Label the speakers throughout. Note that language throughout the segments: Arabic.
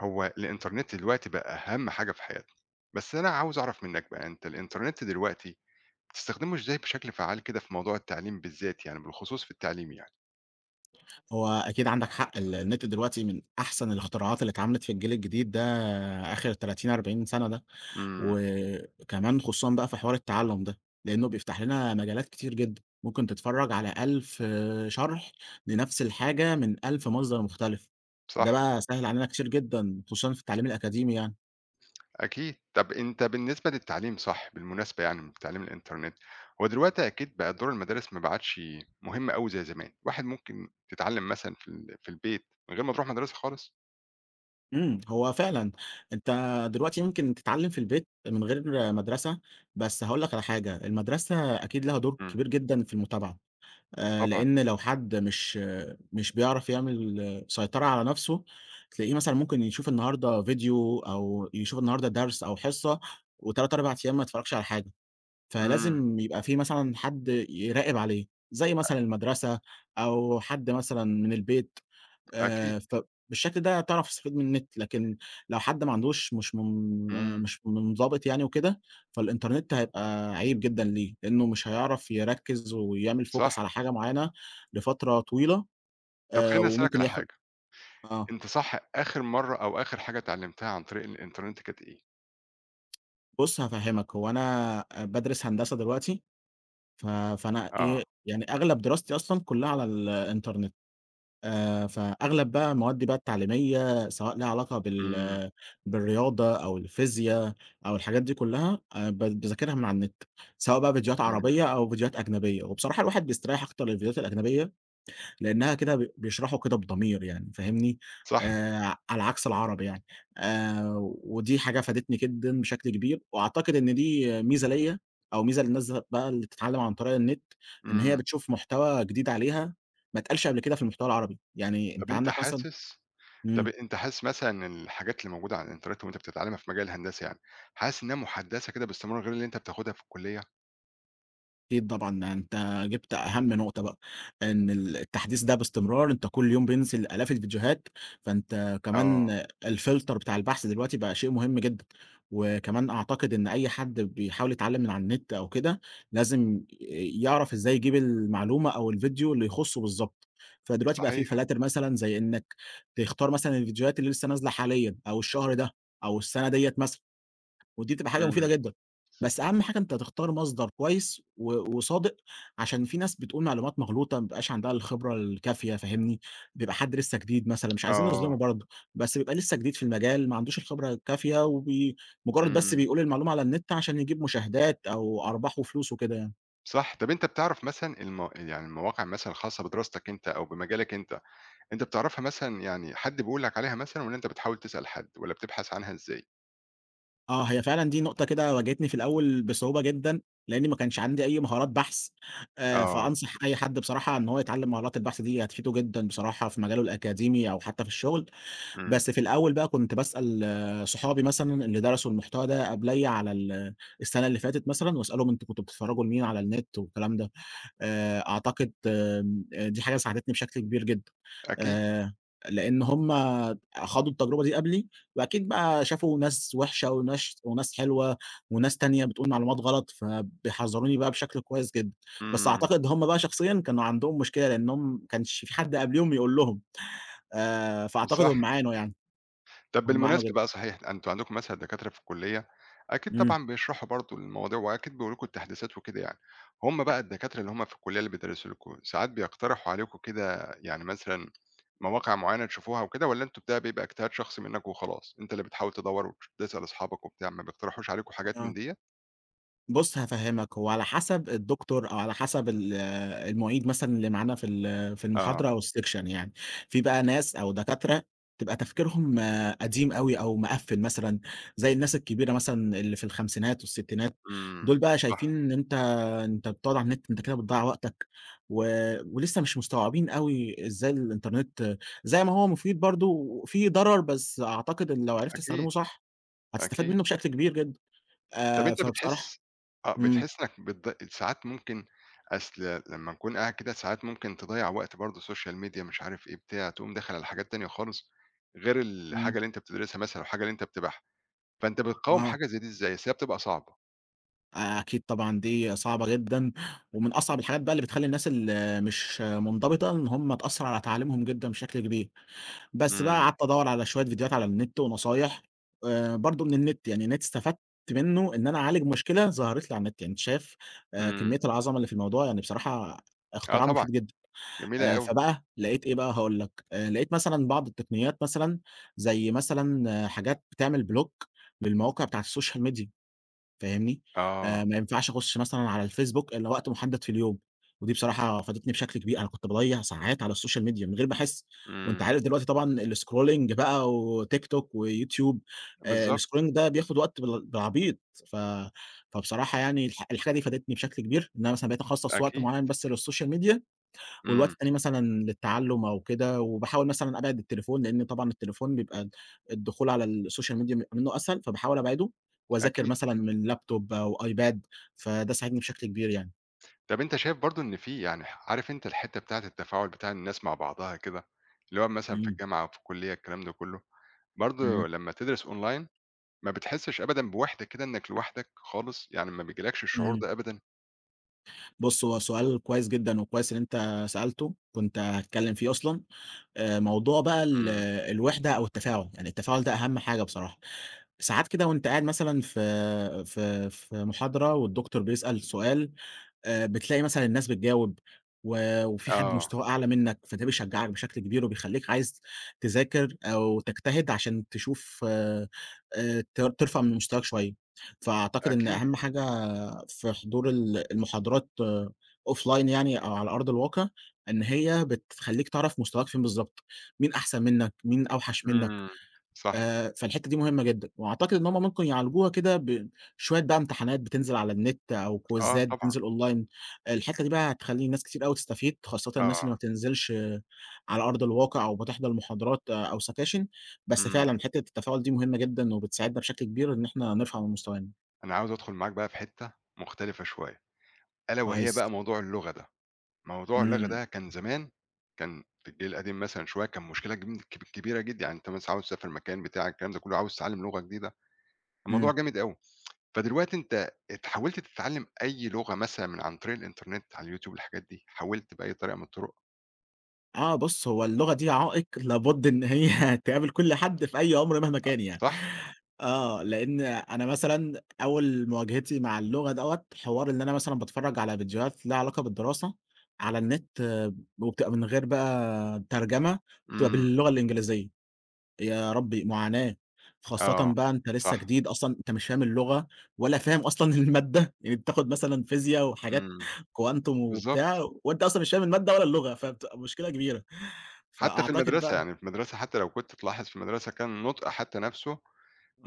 Speaker 1: هو الإنترنت دلوقتي بقى أهم حاجة في حياتنا، بس أنا عاوز أعرف منّك بقى أنت الإنترنت دلوقتي بتستخدمه إزاي بشكل فعّال كده في موضوع التعليم بالذات يعني، بالخصوص في التعليم يعني؟
Speaker 2: هو أكيد عندك حق. النت دلوقتي من أحسن الاختراعات اللي اتعملت في الجيل الجديد ده، آخر 30، 40 سنة ده،
Speaker 1: إمم،
Speaker 2: وكمان خصوصًا بقى في حوار التعلُّم ده، لإنه بيفتح لنا مجالات كتير جدًا. ممكن تتفرّج على 1000 شرح لنفس الحاجة من 1000 مصدر مختلف، وده
Speaker 1: صح،
Speaker 2: بقى سهِّل علينا كتير جدًا خصوصًا في التعليم الأكاديمي يعني.
Speaker 1: أكيد. طَب أنت بالنسبة للتعليم صح، بالمناسبة يعني من تعليم الإنترنت، هو دلوقتي أكيد بقى دور المدارس ما بقتش مهم أوي زي زمان، الواحد ممكن تتعلم مثلًا في البيت من غير ما تروح مدرسة خالص؟
Speaker 2: إمم، هو فعلًا أنت دلوقتي ممكن تتعلّم في البيت من غير مدرسة، بس هاقول لك على حاجة، المدرسة أكيد لها دور
Speaker 1: إمم،
Speaker 2: كبير جدًا في المتابعة.
Speaker 1: طبعًا،
Speaker 2: لإن لو حد مش مش بيعرف يعمل سيطرة على نفسه، تلاقيه مثلًا ممكن يشوف النهارده فيديو أو يشوف النهارده درس أو حصة و3، 4 أيام ما يتفرّجش على حاجة،
Speaker 1: إمم،
Speaker 2: فلازم يبقى في مثلًا حد يراقب عليه، زي مثلًا المدرسة أو حد مثلًا من البيت.
Speaker 1: أكيد،
Speaker 2: فبالشكل ده تعرف تستفيد من النت، لكن لو حد ما عندوش مش من آه،
Speaker 1: إمم،
Speaker 2: مش منضبط يعني وكده، فالإنترنت هيبقى عيب جدًا ليه، لأنه مش هيعرف يركّز ويعمل
Speaker 1: صح.
Speaker 2: focus على حاجة معيّنة لفترة طويلة.
Speaker 1: طَب خلّيني أسألك
Speaker 2: وممكن
Speaker 1: على
Speaker 2: ياخد
Speaker 1: حاجة
Speaker 2: آه،
Speaker 1: أنت صح، آخر مرّة أو آخر حاجة اتعلمتها عن طريق الإنترنت كانت إيه؟
Speaker 2: بُص هافهّمك، هو أنا بادرس هندسة دلوقتي، ف فأنا
Speaker 1: آه،
Speaker 2: إيه، يعني أغلب دراستي أصلًا كلّها على الإنترنت. فأغلب بقى موادي بقى التعليمية سواء ليها علاقة
Speaker 1: إمم،
Speaker 2: بالرياضة أو الفيزيا أو الحاجات دي كلّها، ب باذاكرها من على النت، سواء بقى فيديوهات
Speaker 1: إمم،
Speaker 2: عربية أو فيديوهات أجنبية. وبصراحة الواحد بيستريّح أكتر للفيديوهات الأجنبية لأنها كده بيشرحوا كده بضمير يعني فاهمني،
Speaker 1: صح،
Speaker 2: على عكس العربي يعني. آآ ودي حاجة فادتني جدًا بشكل كبير، وأعتقد إن دي ميزة ليّا أو ميزة للناس بقى اللي بتتعلم عن طريق النت، إن هي
Speaker 1: إمم.
Speaker 2: بتشوف محتوى جديد عليها ما اتقالش قبل كده في المحتوى العربي، يعني
Speaker 1: طب
Speaker 2: أنت
Speaker 1: أنت
Speaker 2: عندك مثلًا
Speaker 1: حاسس طب
Speaker 2: إمم.
Speaker 1: أنت حاسس مثلًا إن الحاجات اللي موجودة على الإنترنت وأنت بتتعلمها في مجال الهندسة يعني، حاسس إنها مُحدثة كده باستمرار غير اللي أنت بتاخدها في الكلية؟
Speaker 2: أكيد طبعًا، أنت جِبت أهم نقطة بقى، إن التحديث ده باستمرار، أنت كل يوم بينزل آلاف الفيديوهات، فأنت
Speaker 1: آه،
Speaker 2: كمان الfilter بتاع البحث دلوقتي بقى شيء مهم جدًا. وكمان أعتقد إن أي حد بيحاول يتعلم من على النت أو كده، لازم يعرف إزاي يجيب المعلومة أو الفيديو اللي يخصه بالضبط. فدلوقتي بقى في
Speaker 1: صحيح،
Speaker 2: فلاتر مثلًا زي إنك تختار مثلًا الفيديوهات اللي لسه نازلة حاليًا أو الشهر ده أو السنة ديّة مثلًا. ودي بتبقى حاجة
Speaker 1: إمم،
Speaker 2: مفيدة جدًا، بس أهم حاجة أنت تختار مصدر كويس وصادق، عشان في ناس بتقول معلومات مغلوطة، ما بيبقاش عندها الخبرة الكافية فاهمني. بيبقى حد لسه جديد مثلًا مش عايزين
Speaker 1: آه،
Speaker 2: نظلمه برضه، بس بيبقى لسه جديد في المجال ما عندوش الخبرة الكافية مجرد بس
Speaker 1: إمم،
Speaker 2: بيقول المعلومة على النت عشان يجيب مشاهدات أو أرباح وفلوس وكده يعني.
Speaker 1: صح. طب أنت بتعرف مثلًا يعني المواقع مثلًا الخاصة بدراستك أنت أو بمجالك أنت، أنت بتعرفها مثلًا يعني حد بيقول لك عليها مثلًا والّا أنت بتحاول تسأل حد والّا بتبحث عنها إزاي؟
Speaker 2: آه، هي فعلًا دي نقطة كده واجهتني في الأول بصعوبة جدًا، لإني ما كانش عندي أي مهارات بحث.
Speaker 1: آه،
Speaker 2: فأنصح أي حد بصراحة إن هو يتعلم مهارات البحث دي، هتفيده جدًا بصراحة في مجاله الأكاديمي أو حتى في الشغل.
Speaker 1: إمم،
Speaker 2: بس في الأول بقى كنت باسأل صحابي مثلًا اللي درسوا المحتوى ده قبليّا على ال السنة اللي فاتت مثلًا، واسألهم أنتم كنتم بتتفرجوا لمين على النت والكلام ده. أعتقد دي حاجة ساعدتني بشكل كبير جدًا،
Speaker 1: أكيد.
Speaker 2: آآ لإن هُم خاضوا التجربة دي قبلي، وأكيد بقى شافوا ناس وحشة وناس حلوة وناس تانية بتقول معلومات غلط، فبيحذروني بقى بشكل كويس جدًا. بس
Speaker 1: إمم،
Speaker 2: أعتقد هُم بقى شخصيًا كانوا عندهم مشكلة لإنهم ما كانش في حد قبليهم يقول لهم، فأعتقد
Speaker 1: صح.
Speaker 2: هُم عانوا يعني.
Speaker 1: طب
Speaker 2: هم عانوا
Speaker 1: بالمناسبة
Speaker 2: جدًا.
Speaker 1: بقى صحيح، أنتم عندكم مثلًا دكاترة في الكلية أكيد
Speaker 2: إمم.
Speaker 1: طبعًا بيشرحوا برضه المواضيع وأكيد بيقولوا لكم التحديثات وكده يعني، هم بقى الدكاترة اللي هم في الكلية اللي بيدرسوا لكم، ساعات بيقترحوا عليكم كده يعني مثلًا مواقع معينة تشوفوها وكده والّا أنتم بيبقى اجتهاد شخصي منك وخلاص، أنت اللي بتحاول تدوّر وتسأل أصحابك وبتاع، ما بيقترحوش عليكم حاجات من
Speaker 2: آه.
Speaker 1: ديّة؟
Speaker 2: بُص هافهّمك، هو على حسب الدكتور أو على حسب المعيد مثلًا اللي معانا في
Speaker 1: آه،
Speaker 2: المحاضرة أو الsection يعني. في بقى ناس أو دكاترة تبقى تفكيرهم قديم أوي أو مقفّل مثلًا، زي الناس الكبيرة مثلًا اللي في الخمسينات والستينات. دول
Speaker 1: إمم،
Speaker 2: بقى شايفين
Speaker 1: صح،
Speaker 2: إن أنت بتقعد على النت، أنت كده بتضيّع وقتك، و ولسه مش مستوعبين أوي إزاي الإنترنت، زي ما هو مفيد برضه فيه ضرر، بس أعتقد إن لو عرفت تستخدمه
Speaker 1: أكيد،
Speaker 2: صح هتستفاد
Speaker 1: أكيد.
Speaker 2: منه بشكل كبير جدًا.
Speaker 1: طب أنت بتحس
Speaker 2: فبصراحة
Speaker 1: آه،
Speaker 2: إمم،
Speaker 1: بتحس إنك ساعات ممكن أصل لمّا نكون قاعد كده ساعات ممكن تضيّع وقت برضه social media مش عارف إيه بتاع، تقوم داخل على حاجات تانية خالص غير الحاجة
Speaker 2: إمم،
Speaker 1: اللي أنت بتدرسها مثلًا أو الحاجة اللي أنت بتباعها، فأنت بتقاوم
Speaker 2: آه،
Speaker 1: حاجة زي دي إزاي؟ أصل هي بتبقى صعبة.
Speaker 2: أكيد طبعًا دي صعبة جدًا، ومن أصعب الحاجات بقى اللي بتخلّي الناس اللي مش منضبطة إن هم تأثّر على تعليمهم جدًا بشكل كبير. بس بقى
Speaker 1: إمم،
Speaker 2: قعدت أدوّر على شوية فيديوهات على النت ونصايح، برضه من النت، يعني النت استفدت منه إن أنا أعالج مشكلة ظهرت لي على النت. يعني أنت شايف
Speaker 1: إمم،
Speaker 2: كمية العظمة اللي في الموضوع، يعني بصراحة
Speaker 1: آه
Speaker 2: اختراع
Speaker 1: طبعًا،
Speaker 2: مفيد جدًا.
Speaker 1: جميلة أوي.
Speaker 2: فبقى لقيت إيه بقى هاقول لك، لقيت مثلًا بعض التقنيات مثلًا زي مثلًا حاجات بتعمل بلوك للمواقع بتاعة السوشيال ميديا فاهمني.
Speaker 1: آه،
Speaker 2: ما ينفعش أخش مثلًا على الفيسبوك إلا وقت محدد في اليوم. ودي بصراحة فادتني بشكل كبير، أنا كنت باضيّع ساعات على السوشيال ميديا من غير ما أحس. وأنت
Speaker 1: إمم،
Speaker 2: عارف دلوقتي طبعًا الscrolling بقى وتيك توك ويوتيوب،
Speaker 1: بالضبط،
Speaker 2: الscrolling ده بياخد وقت بالعبيط. ف فبصراحة يعني الحاجة دي فادتني بشكل كبير، إن أنا مثلًا بقيت أخصص وقت
Speaker 1: أكيد،
Speaker 2: معين بس للسوشيال ميديا، والوقت
Speaker 1: إمم،
Speaker 2: التاني مثلًا للتعلُّم أو كده. وباحاول مثلًا أبعد التليفون، لإن طبعًا التليفون بيبقى الدخول على السوشيال ميديا بيبقى منّه أسهل، فباحاول أبعده وأذاكر
Speaker 1: أكيد.
Speaker 2: مثلًا من لابتوب أو iPad، فده ساعدني بشكل كبير يعني.
Speaker 1: طب أنت شايف برضه إن في يعني عارف أنت الحتّة بتاعة التفاعل بتاع الناس مع بعضها كده، اللي هو مثلًا في
Speaker 2: إمم،
Speaker 1: الجامعة أو في الكلية الكلام ده كلّه،
Speaker 2: إمم،
Speaker 1: برضه لمّا تدرس أونلاين ما بتحسّش أبدًا بوحدة كده إنّك لوحدك خالص، يعني ما بيجيلكش الشعور
Speaker 2: إمم.
Speaker 1: ده أبدًا؟
Speaker 2: بُص، هو سؤال كويس جدًا وكويس إن أنت سألته، كنت هاتكلّم فيه أصلًا. موضوع بقى
Speaker 1: إمم،
Speaker 2: الوِحدة أو التفاعل، يعني التفاعل ده أهَم حاجة بصراحة. ساعات كده وأنت قاعد مثلًا في محاضرة والدكتور بيسأل سؤال، بتلاقي مثلًا الناس بتجاوب وفي حد
Speaker 1: آه،
Speaker 2: مستواه أعلى منّك، فده بيشجّعك بشكل كبير وبيخلّيك عايز تذاكر أو تجتهد عشان تشوف ت ترفع من مستواك شوية. فأعتقد إن
Speaker 1: أكيد،
Speaker 2: أهم حاجة في حضور المحاضرات offline يعني أو على أرض الواقع، إن هي بتخلّيك تعرف مستواك فين بالضبط، مين أحسن منّك، مين أوحش منّك.
Speaker 1: إمم، صح،
Speaker 2: فالحتة دي مهمة جدًا، وأعتقد إن هُم ممكن يعالجوها كده بشوية بقى امتحانات بتنزل على النت أو
Speaker 1: آه
Speaker 2: كويزات
Speaker 1: طبعًا،
Speaker 2: بتنزل أونلاين. الحتة دي بقى هتخلّي ناس كتير أوي تستفيد، خاصةً الناس اللي
Speaker 1: آه،
Speaker 2: ما بتنزلش على أرض الواقع أو بتحضر محاضرات أو سكاشن. بس
Speaker 1: إمم،
Speaker 2: فعلًا حتة التفاعل دي مهمة جدًا وبتساعدنا بشكل كبير إن إحنا نرفع من مستوانا.
Speaker 1: أنا عاوز أدخل معاك بقى في حتّة مختلفة شوية، ألا وهي
Speaker 2: كويس،
Speaker 1: بقى موضوع اللغة ده، موضوع اللغة
Speaker 2: إمم،
Speaker 1: ده كان زمان كان في الجيل القديم مثلًا شوية كان مشكلة جم- كب كبيرة جدًا، يعني أنت مثلًا عاوز تسافر مكان بتاع الكلام ده كلّه، عاوز تتعلّم لغة جديدة، الموضوع
Speaker 2: إمم.
Speaker 1: جامد أوي. فدلوقتي أنت حاولت تتعلّم أي لغة مثلًا عن طريق الإنترنت على اليوتيوب الحاجات دي، حاولت بأي طريقة من الطرق،
Speaker 2: آه، بُص هو اللغة دي عائق لابد إن هي تقابل كل حد في أي عمر مهما كان يعني.
Speaker 1: صح؟
Speaker 2: آه، لإن أنا مثلًا أول مواجهتي مع اللغة دوّة، حوار إن أنا مثلًا باتفرّج على فيديوهات ليها علاقة بالدراسة على النت، وبتبقى من غير بقى ترجمة، بتبقى
Speaker 1: إمم،
Speaker 2: باللغة الإنجليزية. يا ربي معاناة، خاصةً
Speaker 1: آه،
Speaker 2: بقى أنت لسه
Speaker 1: صح،
Speaker 2: جديد أصلًا أنت مش فاهم اللغة ولا فاهم أصلًا المادة، يعني بتاخد مثلًا فيزيا وحاجات
Speaker 1: إمم،
Speaker 2: كوانتم
Speaker 1: بالضبط،
Speaker 2: وبتاع وأنت أصلًا مش فاهم المادة ولا اللغة، فبتبقى مشكلة كبيرة.
Speaker 1: حتى في
Speaker 2: فأعتقد
Speaker 1: المدرسة،
Speaker 2: بقى
Speaker 1: يعني في المدرسة حتى لو كنت تلاحظ في المدرسة كان النطق حتى نَفْسه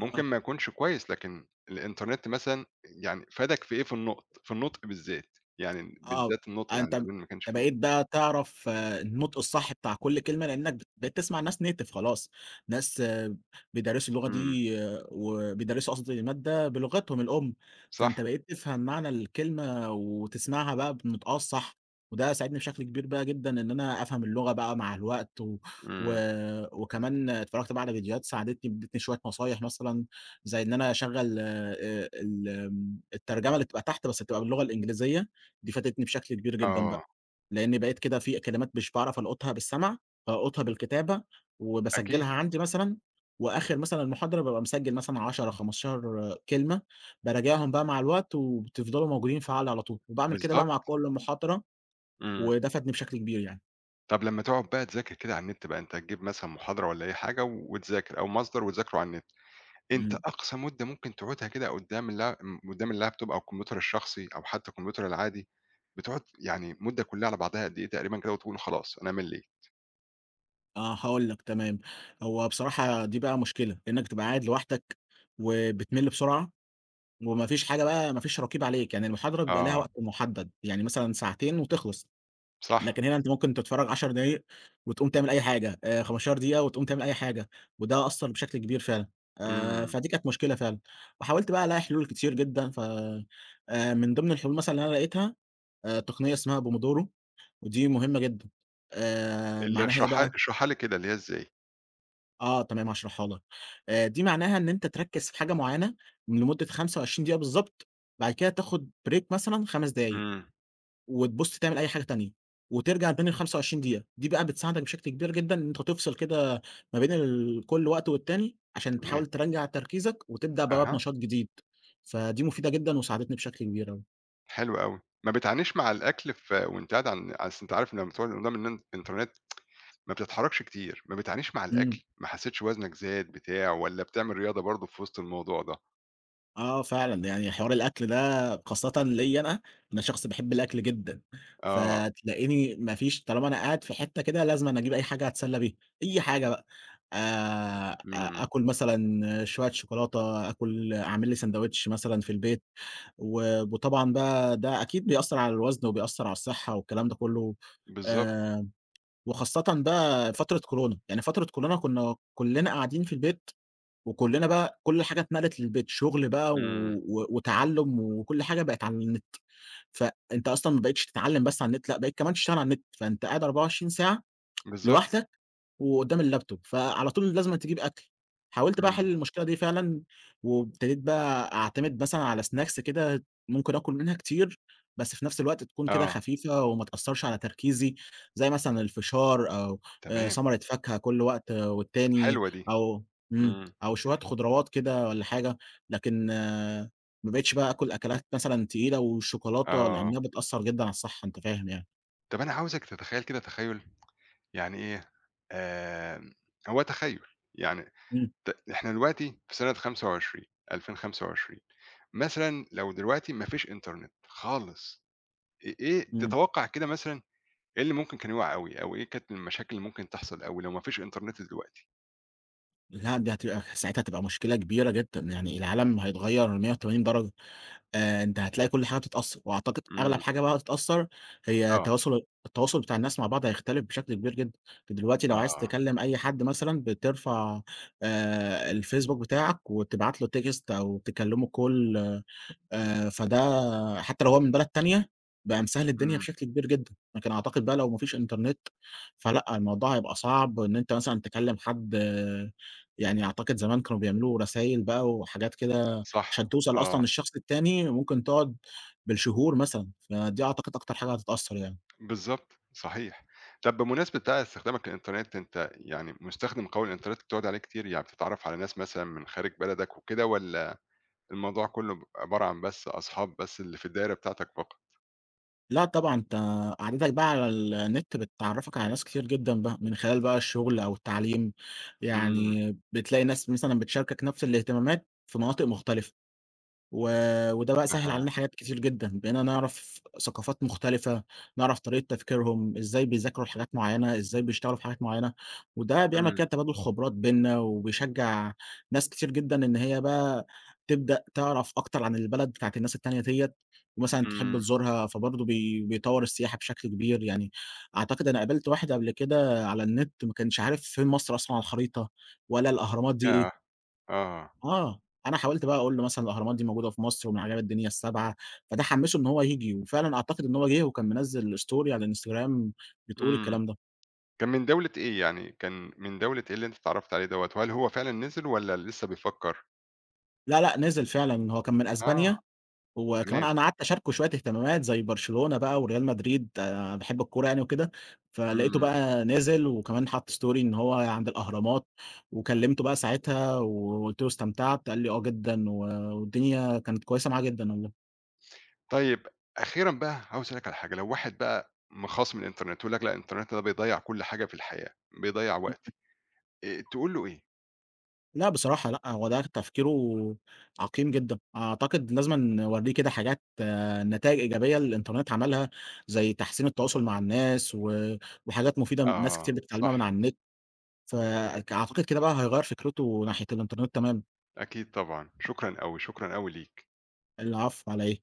Speaker 1: ممكن ما يكونش كويس، لكن الإنترنت مثلًا يعني فادك في إيه، في النطق، في النطق بالذات، يعني
Speaker 2: آه،
Speaker 1: بالذات النطق
Speaker 2: آه،
Speaker 1: يعني
Speaker 2: أنت
Speaker 1: زمان ما كانش
Speaker 2: أنت
Speaker 1: في
Speaker 2: بقيت بقى تعرف النطق الصح بتاع كل كلمة، لأنك بقيت تسمع ناس native خلاص، ناس بيدرسوا اللغة
Speaker 1: إمم،
Speaker 2: دي وبيدرسوا قصدي المادة بلغتهم الأم، فأنت
Speaker 1: صح،
Speaker 2: بقيت تفهم معنى الكلمة وتسمعها بقى بنطقها الصح. وده ساعدني بشكل كبير بقى جدًا إن أنا أفهم اللغة بقى مع الوقت. و و
Speaker 1: إمم،
Speaker 2: وكمان اتفرجت بقى على فيديوهات ساعدتني ادتني شوية نصايح مثلًا، زي إن أنا أشغّل ال الترجمة اللي بتبقى تحت بس بتبقى باللغة الإنجليزية. دي فادتني بشكل كبير جدًا بقى،
Speaker 1: آه،
Speaker 2: لإني بقيت كده في كلمات مش باعرف ألقطها بالسمع، بالقطها بالكتابة،
Speaker 1: أكيد،
Speaker 2: وباسجلها عندي مثلًا. وآخر مثلًا المحاضرة بابقى مسجل مثلًا 10، 15 كلمة، باراجعهم بقى مع الوقت وبتفضلوا موجودين في عقلي على طول، وباعمل كده بقى مع
Speaker 1: بالضبط،
Speaker 2: كل محاضرة.
Speaker 1: إمم.
Speaker 2: وده فادني بشكل كبير يعني.
Speaker 1: طب لمّا تقعد بقى تذاكر كده على النت بقى، أنت هتجيب مثلًا محاضرة والّا أي حاجة وتذاكر أو مصدر وتذاكره على النت، أنت
Speaker 2: إمم،
Speaker 1: أقصى مدة ممكن تقعدها كده قدّام اللابتوب أو الكمبيوتر الشخصي أو حتى الكمبيوتر العادي، بتقعد يعني مدة كلّها على بعضها قد إيه تقريبًا كده وتقول خلاص أنا ملِّيت؟
Speaker 2: آه هاقول لك تمام، هو بصراحة دي بقى مشكلة، إنك تبقى قاعد لوحدك وبتمل بسرعة، وما فيش حاجة بقى ما فيش رقيب عليك. يعني المحاضرة بيبقى ليها
Speaker 1: آه،
Speaker 2: وقت محدد، يعني مثلًا ساعتين وتخلص.
Speaker 1: صح،
Speaker 2: لكن هنا أنت ممكن تتفرّج 10 دقايق وتقوم تعمل أي حاجة، 15 دقيقة وتقوم تعمل أي حاجة، وده أثّر بشكل كبير فعلًا.
Speaker 1: إمم،
Speaker 2: فدي كانت مشكلة فعلًا، وحاولت بقى ألاقي حلول كتير جدًا. ف من ضمن الحلول مثلًا اللي أنا لقيتها، تقنية اسمها pomodoro، ودي مهمة جدًا.
Speaker 1: اللي
Speaker 2: معناها إيه
Speaker 1: اشرحها
Speaker 2: بقى؟
Speaker 1: اشرحها لي كده اللي هي إزاي؟
Speaker 2: آه تمام هاشرحها لك. دي معناها إن أنت تركّز في حاجة معيّنة لمدة 25 دقيقة بالضبط، بعد كده تاخد break مثلًا 5 دقايق.
Speaker 1: إمم،
Speaker 2: وتبُص تعمل أي حاجة تانية، وترجع تبان ال25 دقيقة. دي بقى بتساعدك بشكل كبير جدًا إن أنت تفصل كده ما بين كل وقت والتاني، عشان
Speaker 1: تمام،
Speaker 2: تحاول ترجّع تركيزك وتبدأ بقى
Speaker 1: أها،
Speaker 2: بنشاط جديد. فدي مفيدة جدًا وساعدتني بشكل كبير أوي.
Speaker 1: حلو أوي. ما بتعانيش مع الأكل ف وأنت قاعد عن أصل أنت عارف إن لمّا بتقعد قدّام الإنترنت ما بتتحركش كتير، ما بتعانيش مع
Speaker 2: إمم.
Speaker 1: الأكل، ما حسيتش وزنك زاد بتاع والّا بتعمل رياضة برضه في وسط الموضوع ده؟
Speaker 2: آه فعلًا، يعني حوار الأكل ده خاصةً ليّا أنا، أنا شخص باحب الأكل جدًا،
Speaker 1: آه،
Speaker 2: فتلاقيني ما فيش طالما أنا قاعد في حتة كده لازمًا أجيب أي حاجة أتسلى بيها، أي حاجة بقى. أ
Speaker 1: إمم،
Speaker 2: آكل مثلًا شوية شوكولاتة، آكل أعمل لي ساندويتش مثلًا في البيت. وطبعًا بقى ده أكيد بيأثّر على الوزن وبيأثّر على الصحة والكلام ده كلّه.
Speaker 1: بالضبط،
Speaker 2: آآ، وخاصةً بقى فترة كورونا، يعني فترة كورونا كنا كلّنا قاعدين في البيت وكُلّنا بقى كل حاجة اتنقلت للبيت، شغل بقى و
Speaker 1: إمم،
Speaker 2: و وتعلُّم وكل حاجة بقت على النت. فأنت أصلًا ما بقيتش تتعلّم بس على النت، لأ بقيت كمان تشتغل على النت، فأنت قاعد 24 ساعة
Speaker 1: بالضبط،
Speaker 2: لوحدك وقدّام اللابتوب، فعلى طول لازمًا تجيب أكل. حاولت بقى أحل
Speaker 1: إمم،
Speaker 2: المشكلة دي فعلًا، وابتديت بقى أعتمد مثلًا على snacks كده ممكن آكل منها كتير، بس في نفس الوقت تكون كده
Speaker 1: آه،
Speaker 2: خفيفة وما تأثّرش على تركيزي، زي مثلًا الفشار أو
Speaker 1: تمام،
Speaker 2: ثمرة فاكهة كل وقت والتاني،
Speaker 1: حلوة دي،
Speaker 2: أو إمم،
Speaker 1: إمم،
Speaker 2: أو شوية خضروات كده والّا حاجة. لكن آه، ما بقيتش بقى آكل أكلات مثلًا تقيلة والشوكولاتة
Speaker 1: آه،
Speaker 2: لإنّها بتأثّر جدًا على الصحّة أنت فاهم يعني.
Speaker 1: طب أنا عاوزك تتخيل كده تخيُّل يعني إيه، آمم، هو تخيُّل، يعني
Speaker 2: إمم،
Speaker 1: إحنا دلوقتي في سنة 25 2025 مثلًا لو دلوقتي ما فيش إنترنت خالص، إيه
Speaker 2: إمم.
Speaker 1: تتوقع كده مثلًا إيه اللي ممكن كان يُقع أوي، أو إيه كانت المشاكل اللي ممكن تحصل أوي لو ما فيش إنترنت دلوقتي؟
Speaker 2: لأ، دي هتبقى ساعتها هتبقى مشكلة كبيرة جدًا، يعني العالم هيتغيّر 180 درجة. أنت هتلاقي كل حاجة بتتأثّر، وأعتقد أغلب
Speaker 1: إمم،
Speaker 2: حاجة بقى هتتأثّر هي
Speaker 1: آه،
Speaker 2: التواصل بتاع الناس مع بعض هيختلف بشكل كبير جدًا. أنت دلوقتي لو عايز
Speaker 1: آه،
Speaker 2: تكلّم أي حد مثلًا بترفع الفيسبوك بتاعك وتبعت له text أو تكلّمه call، فده حتى لو هو من بلد تانية، بقى مسهِّل الدنيا
Speaker 1: إمم،
Speaker 2: بشكل كبير جدًا. لكن أعتقد بقى لو ما فيش إنترنت، فلأ الموضوع هيبقى صعب إن أنت مثلًا تكلّم حد، يعني أعتقد زمان كانوا بيعملوا رسايل بقى وحاجات كده
Speaker 1: صح،
Speaker 2: عشان توصل أصلًا
Speaker 1: آه،
Speaker 2: للشخص التاني، ممكن تقعد بالشهور مثلًا. فدي أعتقد أكتر حاجة هتتأثّر يعني.
Speaker 1: بالضبط، صحيح. طَب بمناسبة بقى استخدامك للإنترنت، أنت يعني مستخدم قوي للإنترنت بتقعد عليه كتير، يعني بتتعرّف على ناس مثلًا من خارج بلدك وكده، والّا الموضوع كلّه بيبقى عبارة عن بس أصحاب بس اللي في الدايرة بتاعتك فقط؟
Speaker 2: لأ طبعًا، أنت قعدتك بقى على النت بتعرّفك على ناس كتير جدًا بقى، من خلال بقى الشغل أو التعليم،
Speaker 1: إمم،
Speaker 2: يعني بتلاقي ناس مثلًا بتشاركك نفس الاهتمامات في مناطق مختلفة. و وده بقى سهِّل
Speaker 1: أها،
Speaker 2: علينا حاجات كتير جدًا، بقينا نعرف ثقافات مختلفة، نعرف طريقة تفكيرهم، إزاي بيذاكروا لحاجات معيّنة، إزاي بيشتغلوا في حاجات معيّنة. وده بيعمل
Speaker 1: إمم،
Speaker 2: كده تبادل خبرات بيننا، وبيشجّع ناس كتير جدًا إن هي بقى تبدأ تعرف أكتر عن البلد بتاعة الناس التانية ديّة، ومثلًا تحب
Speaker 1: إمم،
Speaker 2: تزورها، فبرضه بيطوّر السياحة بشكل كبير. يعني أعتقد أنا قابلت واحد قبل كده على النت ما كانش عارف فين مصر أصلًا على الخريطة، ولا الأهرامات دي إيه.
Speaker 1: ياه! آه،
Speaker 2: آه، أنا حاولت بقى أقول له مثلًا الأهرامات دي موجودة في مصر ومن عجائب الدنيا السبعة، فده حمّسه إن هو ييجي. وفعلًا أعتقد إن هو جِه وكان منزّل story على الإنستجرام بتقول
Speaker 1: إمم.
Speaker 2: الكلام ده.
Speaker 1: كان من دولة إيه يعني، كان من دولة إيه اللي أنت اتعرّفت عليه دوّة، وهل هو فعلًا نزل والّا لسه بيفكّر؟
Speaker 2: لا، لأ، نزل فعلًا، هو كان من
Speaker 1: آه،
Speaker 2: أسبانيا. وكمان
Speaker 1: تمام،
Speaker 2: أنا قعدت أشاركه شوية اهتمامات زي برشلونة بقى وريال مدريد، أنا باحب الكورة يعني وكده، فلقيته
Speaker 1: إمم،
Speaker 2: بقى نزل وكمان حَط story إن هو عند الأهرامات. وكلمته بقى ساعتها وقُلت له: "استمتعت؟" قال لي: "آه جدًا." والدنيا كانت كويسة معاه جدًا والله.
Speaker 1: طيب أخيرًا بقى عاوز أسألك على حاجة، لو واحد بقى خاصم الإنترنت ويقول لك لأ الإنترنت ده بيضيّع كل حاجة في الحياة، بيضيّع وقتي، تقول له إيه؟
Speaker 2: لأ بصراحة لأ، هو ده تفكيره عقيم جدًا. أعتقد لازمًا نورّيه كده حاجات، نتايج إيجابية الإنترنت عملها، زي تحسين التواصل مع الناس وحاجات مفيدة ناس
Speaker 1: آه،
Speaker 2: كتير بتتعلمها
Speaker 1: صح،
Speaker 2: من على النت. أعتقد كده بقى هيغيّر فكرته ناحية الإنترنت تمامًا.
Speaker 1: أكيد طبعًا، شكرًا أوي، شكرًا أوي ليك.
Speaker 2: العفو على إيه.